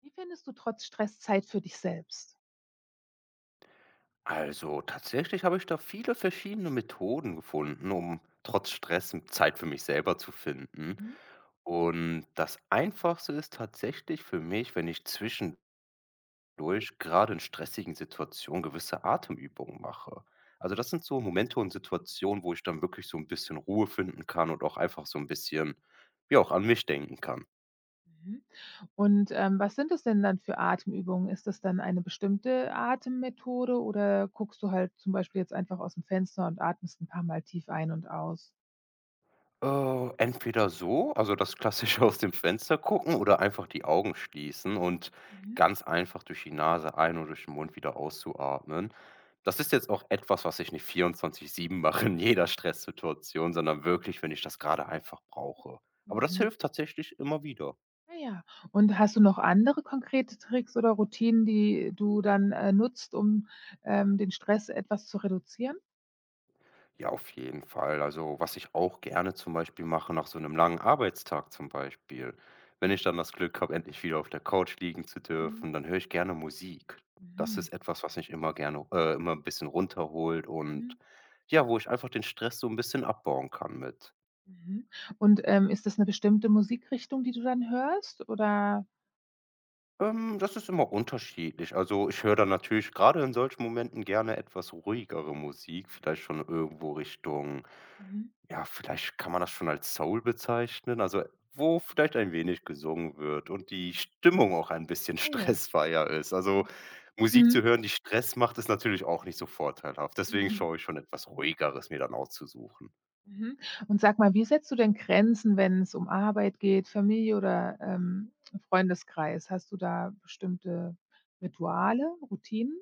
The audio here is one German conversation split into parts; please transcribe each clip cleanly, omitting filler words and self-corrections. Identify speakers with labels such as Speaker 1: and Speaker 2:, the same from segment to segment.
Speaker 1: Wie findest du trotz Stress Zeit für dich selbst?
Speaker 2: Also tatsächlich habe ich da viele verschiedene Methoden gefunden, um trotz Stress Zeit für mich selber zu finden.
Speaker 1: Mhm,
Speaker 2: Und das Einfachste ist tatsächlich für mich, wenn ich zwischendurch gerade in stressigen Situationen gewisse Atemübungen mache. Also das sind so Momente und Situationen, wo ich dann wirklich so ein bisschen Ruhe finden kann und auch einfach so ein bisschen, ja, auch an mich denken kann.
Speaker 1: mhm. Und was sind das denn dann für Atemübungen? Ist das dann eine bestimmte Atemmethode oder guckst du halt zum Beispiel jetzt einfach aus dem Fenster und atmest ein paar Mal tief ein und aus?
Speaker 2: Entweder so, also das Klassische aus dem Fenster gucken oder einfach die Augen schließen und
Speaker 1: Mhm,
Speaker 2: ganz einfach durch die Nase ein und durch den Mund wieder auszuatmen. Das ist jetzt auch etwas, was ich nicht 24/7 mache in jeder Stresssituation, sondern wirklich, wenn ich das gerade einfach brauche. Aber das
Speaker 1: mhm.
Speaker 2: hilft tatsächlich immer wieder.
Speaker 1: Ah ja. Und hast du noch andere konkrete Tricks oder Routinen, die du dann nutzt, um den Stress etwas zu reduzieren?
Speaker 2: Ja, auf jeden Fall. Also, was ich auch gerne zum Beispiel mache nach so einem langen Arbeitstag zum Beispiel, wenn ich dann das Glück habe, endlich wieder auf der Couch liegen zu
Speaker 1: Mhm,
Speaker 2: dürfen, dann höre ich gerne Musik. Das
Speaker 1: mhm,
Speaker 2: ist etwas, was mich immer gerne immer ein bisschen runterholt und
Speaker 1: mhm,
Speaker 2: ja, wo ich einfach den Stress so ein bisschen abbauen kann mit.
Speaker 1: mhm. Und ist das eine bestimmte Musikrichtung, die du dann hörst, oder?
Speaker 2: Das ist immer unterschiedlich. Also, ich höre dann natürlich gerade in solchen Momenten gerne etwas ruhigere Musik, vielleicht schon irgendwo Richtung.
Speaker 1: Mhm.
Speaker 2: Ja, vielleicht kann man das schon als Soul bezeichnen, also wo vielleicht ein wenig gesungen wird und die Stimmung auch ein bisschen
Speaker 1: Ah ja.
Speaker 2: stressfreier ist. Also, Musik
Speaker 1: Mhm.
Speaker 2: zu hören, die Stress macht, ist natürlich auch nicht so vorteilhaft. Deswegen
Speaker 1: Mhm.
Speaker 2: schaue ich schon etwas Ruhigeres mir dann auszusuchen.
Speaker 1: Mhm. Und sag mal, wie setzt du denn Grenzen, wenn es um Arbeit geht, Familie oder Freundeskreis? Hast du da bestimmte Rituale, Routinen?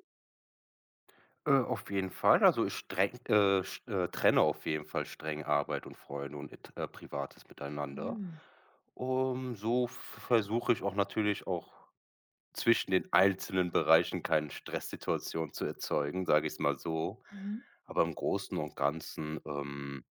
Speaker 2: Auf jeden Fall, also ich streng sch trenne auf jeden Fall streng Arbeit und Freunde und et Privates miteinander.
Speaker 1: Mhm.
Speaker 2: Um so v versuche ich auch natürlich auch zwischen den einzelnen Bereichen keine Stresssituation zu erzeugen, sage ich es mal so.
Speaker 1: Mhm.
Speaker 2: Aber im Großen und Ganzen,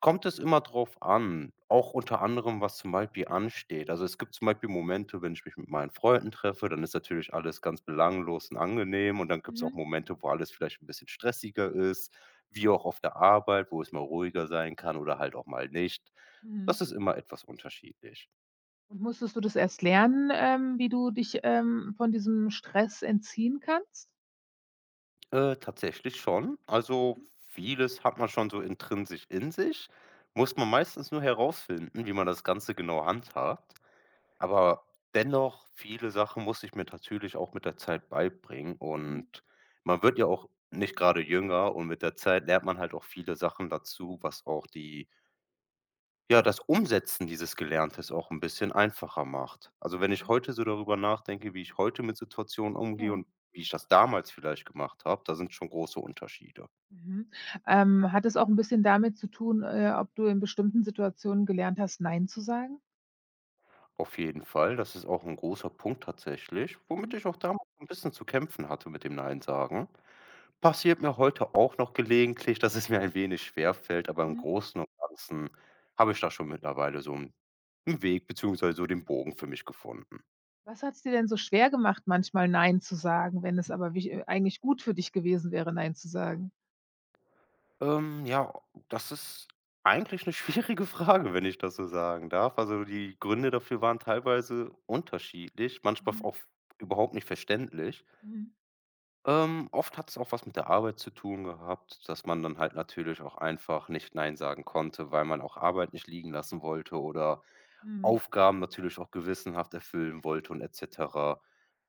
Speaker 2: kommt es immer drauf an, auch unter anderem, was zum Beispiel ansteht. Also, es gibt zum Beispiel Momente, wenn ich mich mit meinen Freunden treffe, dann ist natürlich alles ganz belanglos und angenehm und dann gibt es
Speaker 1: Mhm.
Speaker 2: auch Momente, wo alles vielleicht ein bisschen stressiger ist, wie auch auf der Arbeit, wo es mal ruhiger sein kann oder halt auch mal nicht. Das
Speaker 1: Mhm.
Speaker 2: ist immer etwas unterschiedlich.
Speaker 1: Und musstest du das erst lernen, wie du dich von diesem Stress entziehen kannst?
Speaker 2: Tatsächlich schon. Also
Speaker 1: Mhm.
Speaker 2: vieles hat man schon so intrinsisch in sich, muss man meistens nur herausfinden, wie man das Ganze genau handhabt. Aber dennoch, viele Sachen muss ich mir natürlich auch mit der Zeit beibringen
Speaker 1: Mhm.
Speaker 2: und man wird ja auch nicht gerade jünger und mit der Zeit lernt man halt auch viele Sachen dazu, was auch die ja, das Umsetzen dieses Gelerntes auch ein bisschen einfacher macht. Also, wenn ich
Speaker 1: Mhm.
Speaker 2: heute so darüber nachdenke, wie ich heute mit Situationen umgehe
Speaker 1: Ja.
Speaker 2: und wie ich das damals vielleicht gemacht habe, da sind schon große Unterschiede.
Speaker 1: Mhm. Hat es auch ein bisschen damit zu tun, ob du in bestimmten Situationen gelernt hast, nein zu sagen?
Speaker 2: Auf jeden Fall, das ist auch ein großer Punkt tatsächlich,
Speaker 1: Mhm.
Speaker 2: womit ich auch damals so ein bisschen zu kämpfen hatte mit dem „Nein sagen“. Passiert mir heute auch noch gelegentlich, dass es mir ein wenig schwerfällt, aber im
Speaker 1: Mhm.
Speaker 2: Großen und Ganzen habe ich da schon mittlerweile so 'n Weg beziehungsweise so den Bogen für mich gefunden.
Speaker 1: Was hat es dir denn so schwer gemacht, manchmal „Nein“ zu sagen, wenn es aber wich eigentlich gut für dich gewesen wäre, „Nein“ zu sagen?
Speaker 2: Ja, das ist eigentlich eine schwierige Frage, wenn ich das so sagen darf. Also, die Gründe dafür waren teilweise unterschiedlich, manchmal
Speaker 1: Mhm,
Speaker 2: auch überhaupt nicht verständlich.
Speaker 1: mhm,
Speaker 2: Oft hat es auch was mit der Arbeit zu tun gehabt, dass man dann halt natürlich auch einfach nicht nein sagen konnte, weil man auch Arbeit nicht liegen lassen wollte oder
Speaker 1: mhm,
Speaker 2: Aufgaben natürlich auch gewissenhaft erfüllen wollte und et cetera.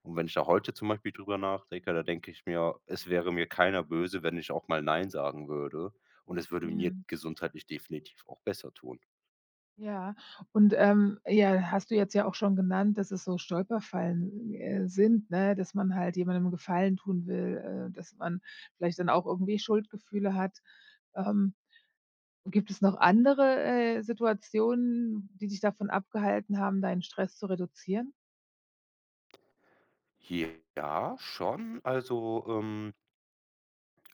Speaker 2: Und wenn ich da heute zum Beispiel drüber nachdenke, da denke ich mir, es wäre mir keiner böse, wenn ich auch mal nein sagen würde. Und es würde mir
Speaker 1: mhm.
Speaker 2: gesundheitlich definitiv auch besser tun.
Speaker 1: Ja, und ja, hast du jetzt ja auch schon genannt, dass es so Stolperfallen sind, ne, dass man halt jemandem einen Gefallen tun will, dass man vielleicht dann auch irgendwie Schuldgefühle hat. Ähm, Gibt es noch andere Situationen, die dich davon abgehalten haben, deinen Stress zu reduzieren?
Speaker 2: Ja, schon. Also,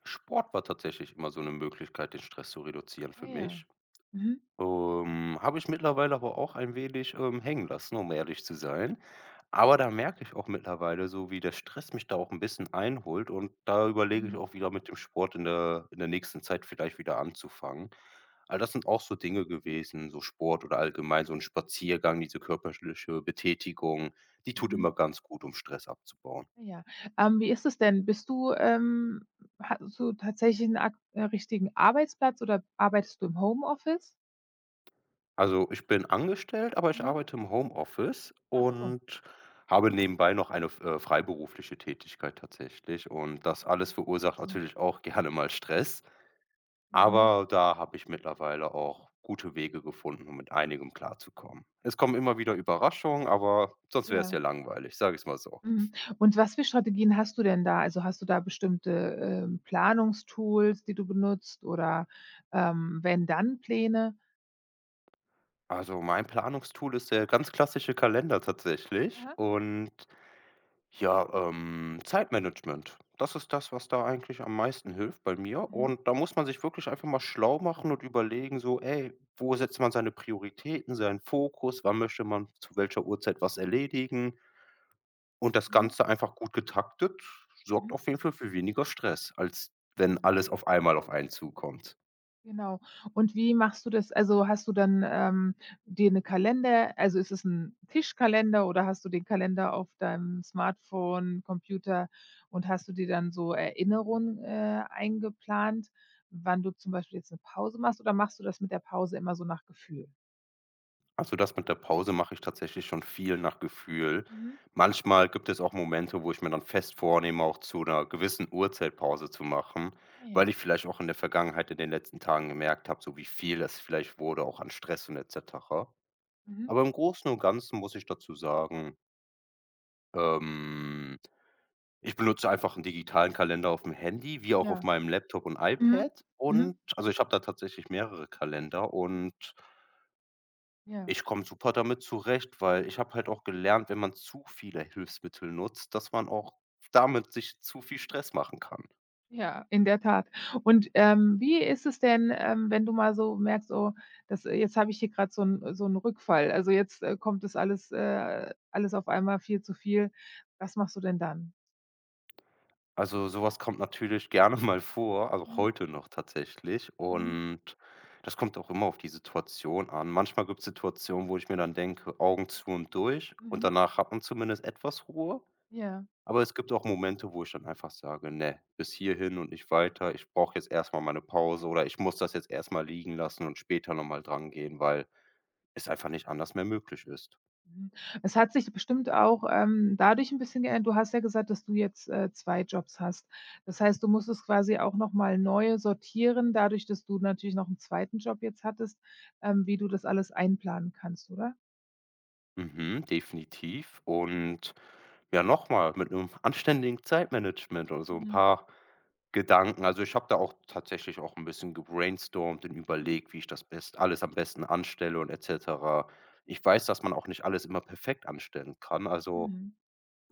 Speaker 2: Sport war tatsächlich immer so eine Möglichkeit, den Stress zu reduzieren
Speaker 1: Ah
Speaker 2: für
Speaker 1: ja.
Speaker 2: mich.
Speaker 1: Mhm.
Speaker 2: Habe ich mittlerweile aber auch ein wenig, hängen lassen, um ehrlich zu sein. Aber da merke ich auch mittlerweile so, wie der Stress mich da auch ein bisschen einholt und da überlege ich
Speaker 1: Mhm.
Speaker 2: auch wieder mit dem Sport in der nächsten Zeit vielleicht wieder anzufangen. All das sind auch so Dinge
Speaker 1: Mhm.
Speaker 2: gewesen, so Sport oder allgemein so ein Spaziergang, diese körperliche Betätigung, die tut
Speaker 1: Mhm.
Speaker 2: immer ganz gut, um Stress abzubauen.
Speaker 1: Ja. Wie ist es denn? Bist du Hast du tatsächlich einen ak richtigen Arbeitsplatz oder arbeitest du im Homeoffice?
Speaker 2: Also, ich bin angestellt, aber ich
Speaker 1: Mhm.
Speaker 2: arbeite im Homeoffice
Speaker 1: Ach so,
Speaker 2: und habe nebenbei noch eine freiberufliche Tätigkeit tatsächlich und das alles
Speaker 1: ach
Speaker 2: verursacht
Speaker 1: so.
Speaker 2: natürlich auch gerne mal Stress,
Speaker 1: Mhm.
Speaker 2: aber da habe ich mittlerweile auch gute Wege gefunden, um mit einigem klarzukommen. Es kommen immer wieder Überraschungen, aber sonst wäre es ja
Speaker 1: Ja.
Speaker 2: langweilig, sage ich's mal so.
Speaker 1: Mhm. Und was für Strategien hast du denn da? Also, hast du da bestimmte Planungstools, die du benutzt oder Wenn-Dann-Pläne?
Speaker 2: Also, mein Planungstool ist der ganz klassische Kalender tatsächlich
Speaker 1: Aha.
Speaker 2: und ja, Zeitmanagement. Das ist das, was da eigentlich am meisten hilft bei mir.
Speaker 1: Mhm.
Speaker 2: Und da muss man sich wirklich einfach mal schlau machen und überlegen, so, ey, wo setzt man seine Prioritäten, seinen Fokus, wann möchte man zu welcher Uhrzeit was erledigen. Und das
Speaker 1: Mhm.
Speaker 2: Ganze einfach gut getaktet sorgt
Speaker 1: Mhm.
Speaker 2: auf jeden Fall für weniger Stress, als wenn alles auf einmal auf einen zukommt.
Speaker 1: Genau. Und wie machst du das? Also, hast du dann dir 'ne Kalender also, ist es 'n Tischkalender oder hast du den Kalender auf deinem Smartphone, Computer und hast du dir dann so Erinnerungen eingeplant, wann du zum Beispiel jetzt 'ne Pause machst oder machst du das mit der Pause immer so nach Gefühl?
Speaker 2: Also, das mit der Pause mache ich tatsächlich schon viel nach Gefühl.
Speaker 1: Mhm.
Speaker 2: Manchmal gibt es auch Momente, wo ich mir dann fest vornehme, auch zu einer gewissen Uhrzeit Pause zu machen,
Speaker 1: Ah ja.
Speaker 2: weil ich vielleicht auch in der Vergangenheit in den letzten Tagen gemerkt habe, so wie viel es vielleicht wurde, auch an Stress und et cetera.
Speaker 1: Mhm.
Speaker 2: Aber im Großen und Ganzen muss ich dazu sagen, ähm, ich benutze einfach einen digitalen Kalender auf dem Handy wie auch auf
Speaker 1: Ja.
Speaker 2: meinem Laptop und
Speaker 1: Mhm.
Speaker 2: iPad
Speaker 1: Mhm.
Speaker 2: und also, ich habe da tatsächlich mehrere Kalender und
Speaker 1: Ja.
Speaker 2: ich komme super damit zurecht, weil ich habe halt auch gelernt, wenn man zu viele Hilfsmittel nutzt, dass man auch damit sich zu viel Stress machen kann.
Speaker 1: Ja, in der Tat. Und wie ist es denn, wenn du mal so merkst: „Oh, das jetzt habe ich hier gerade so einen so 'n Rückfall. Also, jetzt kommt das alles alles auf einmal viel zu viel.“ Was machst du denn dann?
Speaker 2: Also, sowas kommt natürlich gerne mal vor, also
Speaker 1: Mhm,
Speaker 2: heute noch tatsächlich.
Speaker 1: mhm,
Speaker 2: Und das kommt auch immer auf die Situation an. Manchmal gibt es Situationen, wo ich mir dann denke: „Augen zu und durch“ und
Speaker 1: mhm,
Speaker 2: danach hat man zumindest etwas Ruhe.
Speaker 1: ja,
Speaker 2: Aber es gibt auch Momente, wo ich dann einfach sage: „Ne, bis hierhin und nicht weiter. Ich brauche jetzt erst mal meine Pause“ oder „Ich muss das jetzt erst mal liegen lassen und später noch mal drangehen“, weil es einfach nicht anders mehr möglich ist.
Speaker 1: mhm. Es hat sich bestimmt auch dadurch 'n bisschen geändert du hast ja gesagt, dass du jetzt 2 Jobs hast. Das heißt, du musstest quasi auch noch mal neu sortieren, dadurch, dass du natürlich noch 'n zweiten Job jetzt hattest, wie du das alles einplanen kannst, oder?
Speaker 2: Mhm, definitiv. Und ja, nochmal mit einem anständigen Zeitmanagement oder so ein
Speaker 1: Mhm,
Speaker 2: paar Gedanken. Also, ich habe da auch tatsächlich auch ein bisschen gebrainstormt und
Speaker 1: mhm.
Speaker 2: überlegt, wie ich das best alles am besten anstelle und et cetera. Ich weiß, dass man auch nicht alles immer perfekt anstellen kann. Also,
Speaker 1: Mhm.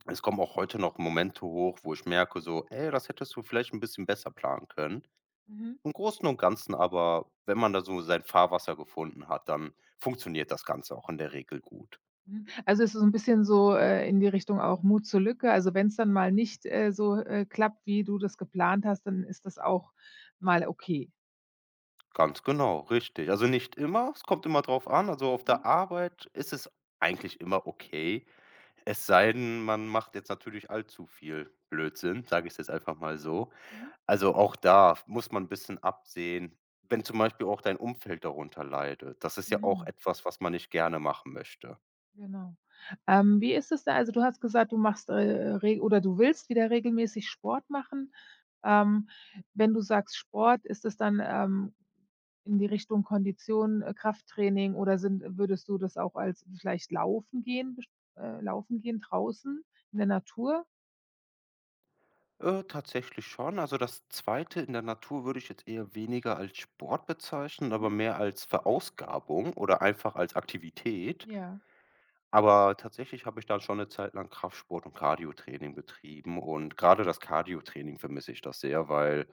Speaker 2: es kommen auch heute noch Momente hoch, wo ich merke so: „Ey, das hättest du vielleicht ein bisschen besser planen können.“
Speaker 1: Mhm.
Speaker 2: Im Großen und Ganzen aber, wenn man da so sein Fahrwasser gefunden hat, dann funktioniert das Ganze auch in der Regel gut.
Speaker 1: Mhm. Also, es ist so ein bisschen so in die Richtung auch Mut zur Lücke. Also, wenn es dann mal nicht so klappt, wie du das geplant hast, dann ist das auch mal okay.
Speaker 2: Ganz genau, richtig. Also nicht immer, es kommt immer drauf an. Also auf
Speaker 1: Mhm.
Speaker 2: der Arbeit ist es eigentlich immer okay. Es sei denn, man macht jetzt natürlich allzu viel Blödsinn, sage ich es jetzt einfach mal so.
Speaker 1: Mhm.
Speaker 2: Also auch da muss man ein bisschen absehen, wenn zum Beispiel auch dein Umfeld darunter leidet. Das ist ja auch
Speaker 1: Mhm.
Speaker 2: etwas, was man nicht gerne machen möchte.
Speaker 1: Genau. Wie ist es da? Also, du hast gesagt, du machst, re oder du willst wieder regelmäßig Sport machen. Ähm, Wenn du sagst Sport, ist es dann in die Richtung Kondition, Krafttraining oder sind würdest du das auch als vielleicht Laufen gehen draußen in der Natur?
Speaker 2: Tatsächlich schon. Also, das Zweite in der Natur würde ich jetzt eher weniger als Sport bezeichnen, aber
Speaker 1: Mhm.
Speaker 2: mehr als Verausgabung oder einfach als Aktivität.
Speaker 1: Ja.
Speaker 2: Aber tatsächlich habe ich dann schon eine Zeit lang Kraftsport und Cardiotraining betrieben und gerade das Cardiotraining vermisse ich das sehr, weil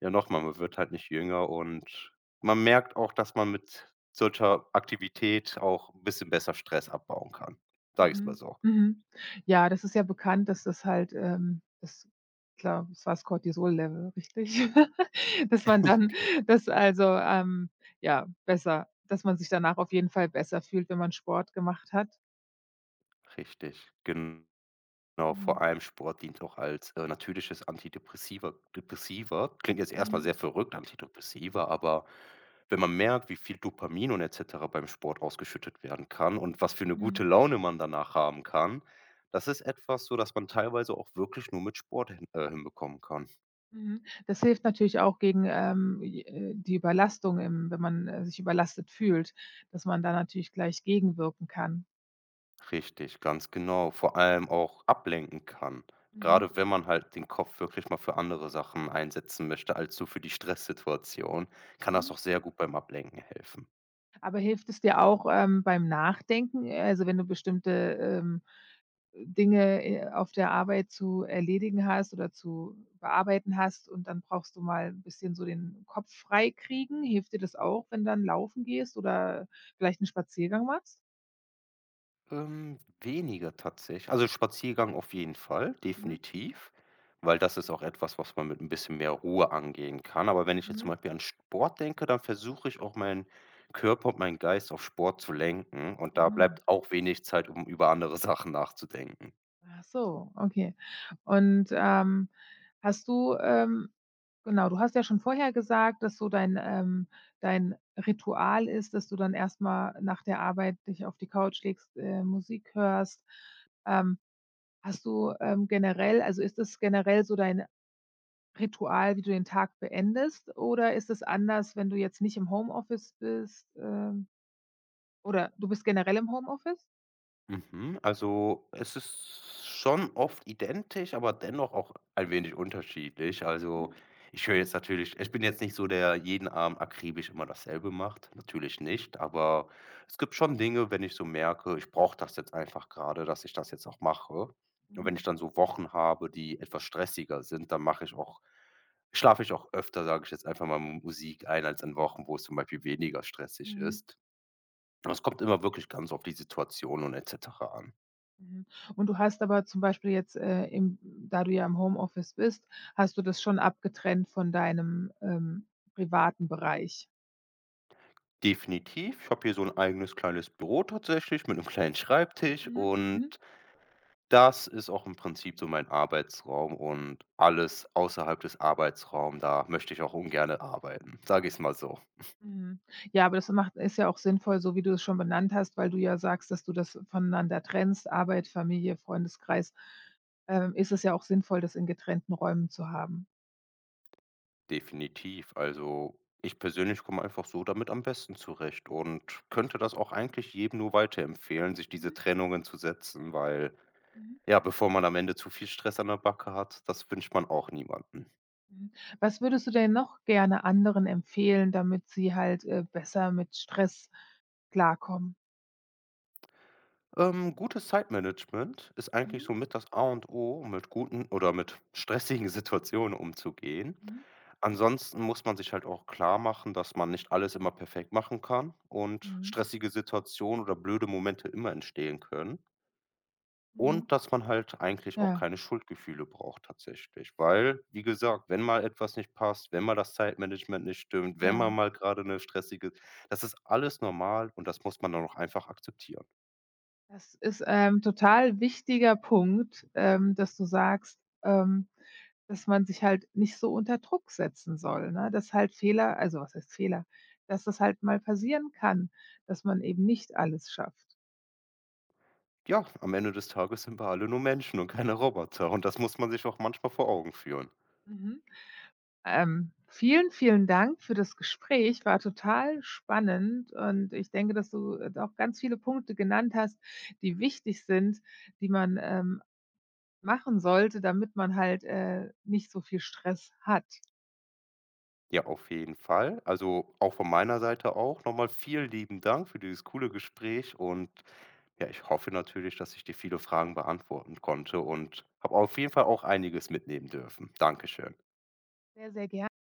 Speaker 2: ja, nochmal man wird halt nicht jünger und man merkt auch, dass man mit solcher Aktivität auch ein bisschen besser Stress abbauen kann. Sage ich's mal
Speaker 1: Mhm,
Speaker 2: so.
Speaker 1: mhm. Ja, das ist ja bekannt, dass das halt, das klar, das war das Cortisol-Level, richtig? Dass man dann
Speaker 2: Genau,
Speaker 1: dass also, ähm, ja, besser dass man sich danach auf jeden Fall besser fühlt, wenn man Sport gemacht hat.
Speaker 2: richtig, genau. Genau, vor
Speaker 1: Mhm,
Speaker 2: allem Sport dient auch als, natürliches Antidepressiva Depressiva. Klingt jetzt erstmal
Speaker 1: mhm,
Speaker 2: sehr verrückt, Antidepressiva, aber wenn man merkt, wie viel Dopamin und et cetera beim Sport ausgeschüttet werden kann und was für eine
Speaker 1: mhm,
Speaker 2: gute Laune man danach haben kann, das ist etwas so, dass man teilweise auch wirklich nur mit Sport hinbekommen kann.
Speaker 1: mhm. Das hilft natürlich auch gegen, j die Überlastung im wenn man sich überlastet fühlt, dass man da natürlich gleich gegenwirken kann.
Speaker 2: Richtig, ganz genau. Vor allem auch ablenken kann,
Speaker 1: Mhm,
Speaker 2: gerade wenn man halt den Kopf wirklich mal für andere Sachen einsetzen möchte als so für die Stresssituation, kann das
Speaker 1: mhm.
Speaker 2: auch sehr gut beim Ablenken helfen.
Speaker 1: Aber hilft es dir auch beim Nachdenken, also, wenn du bestimmte, ähm Dinge auf der Arbeit zu erledigen hast oder zu bearbeiten hast und dann brauchst du mal ein bisschen so den Kopf frei kriegen. Hilft dir das auch, wenn dann laufen gehst oder vielleicht 'n Spaziergang machst?
Speaker 2: Weniger tatsächlich. Also Spaziergang auf jeden Fall,
Speaker 1: Mhm,
Speaker 2: definitiv, weil das ist auch etwas, was man mit ein bisschen mehr Ruhe angehen kann. Aber wenn ich jetzt
Speaker 1: mhm,
Speaker 2: zum Beispiel an Sport denke, dann versuche ich auch meinen Körper und meinen Geist auf Sport zu lenken und da
Speaker 1: mhm.
Speaker 2: bleibt auch wenig Zeit, um über andere Sachen nachzudenken.
Speaker 1: Ach so, okay. Und hast du, genau, du hast ja schon vorher gesagt, dass so dein, dein Ritual ist, dass du dann erst mal nach der Arbeit dich auf die Couch legst, Musik hörst. Ähm, Hast du, generell also, ist das generell so dein Ritual, wie du den Tag beendest, oder ist es anders, wenn du jetzt nicht im Homeoffice bist, oder du bist generell im Homeoffice?
Speaker 2: Mhm, also, es ist schon oft identisch, aber dennoch auch ein wenig unterschiedlich.
Speaker 1: Mhm,
Speaker 2: Also, ich höre jetzt natürlich ich bin jetzt nicht so, der jeden Abend akribisch immer dasselbe macht, natürlich nicht, aber es gibt schon Dinge, wenn ich so merke, ich brauche das jetzt einfach gerade, dass ich das jetzt auch mache. Und
Speaker 1: mhm,
Speaker 2: wenn ich dann so Wochen habe, die etwas stressiger sind, dann mache ich auch schlafe ich auch öfter, sage ich jetzt einfach mal, Musik ein als an Wochen, wo es zum Beispiel weniger stressig
Speaker 1: mhm,
Speaker 2: ist. Aber es kommt immer wirklich ganz auf die Situation und et cetera an.
Speaker 1: mhm. Und du hast aber zum Beispiel jetzt, im da du ja im Homeoffice bist, hast du das schon abgetrennt von deinem privaten Bereich?
Speaker 2: Definitiv. Ich habe hier so ein eigenes kleines Büro tatsächlich mit einem kleinen Schreibtisch
Speaker 1: Mhm, mhm.
Speaker 2: und das ist auch im Prinzip so mein Arbeitsraum und alles außerhalb des Arbeitsraums da möchte ich auch ungern arbeiten, sage ich's mal so.
Speaker 1: Mhm. Ja, aber das macht ist ja auch sinnvoll, so wie du es schon benannt hast, weil du ja sagst, dass du das voneinander trennst, Arbeit, Familie, Freundeskreis. Ist es ja auch sinnvoll, das in getrennten Räumen zu haben.
Speaker 2: Definitiv. Also, ich persönlich komme einfach so damit am besten zurecht und könnte das auch eigentlich jedem nur weiterempfehlen, sich diese
Speaker 1: Mhm,
Speaker 2: Trennungen zu setzen, weil,
Speaker 1: mhm,
Speaker 2: ja, bevor man am Ende zu viel Stress an der Backe hat, das wünscht man auch niemandem.
Speaker 1: mhm. Was würdest du denn noch gerne anderen empfehlen, damit sie halt besser mit Stress klarkommen?
Speaker 2: Gutes Zeitmanagement ist eigentlich
Speaker 1: Mhm,
Speaker 2: so mit das A und O, um mit guten oder mit stressigen Situationen umzugehen.
Speaker 1: mhm,
Speaker 2: Ansonsten muss man sich halt auch klar machen, dass man nicht alles immer perfekt machen kann und
Speaker 1: mhm,
Speaker 2: stressige Situationen oder blöde Momente immer entstehen können.
Speaker 1: mhm.
Speaker 2: Und dass man halt eigentlich auch
Speaker 1: Ja,
Speaker 2: keine Schuldgefühle braucht tatsächlich. Weil, wie gesagt, wenn mal etwas nicht passt, wenn mal das Zeitmanagement nicht stimmt, wenn
Speaker 1: ja.
Speaker 2: man mal gerade eine stressige, das ist alles normal und das muss man dann auch einfach akzeptieren.
Speaker 1: Das ist, ein total wichtiger Punkt, dass du sagst, dass man sich halt nicht so unter Druck setzen soll, ne? Dass halt Fehler also was heißt Fehler, dass das halt mal passieren kann, dass man eben nicht alles schafft.
Speaker 2: Ja, am Ende des Tages sind wir alle nur Menschen und keine Roboter und das muss man sich auch manchmal vor Augen führen.
Speaker 1: Mhm. Vielen, vielen Dank für das Gespräch, war total spannend und ich denke, dass du auch ganz viele Punkte genannt hast, die wichtig sind, die man machen sollte, damit man halt nicht so viel Stress hat.
Speaker 2: Ja, auf jeden Fall. Also, auch von meiner Seite auch nochmal vielen lieben Dank für dieses coole Gespräch und ja, ich hoffe natürlich, dass ich dir viele Fragen beantworten konnte und habe auf jeden Fall auch einiges mitnehmen dürfen. Dankeschön.
Speaker 1: Sehr, sehr gerne.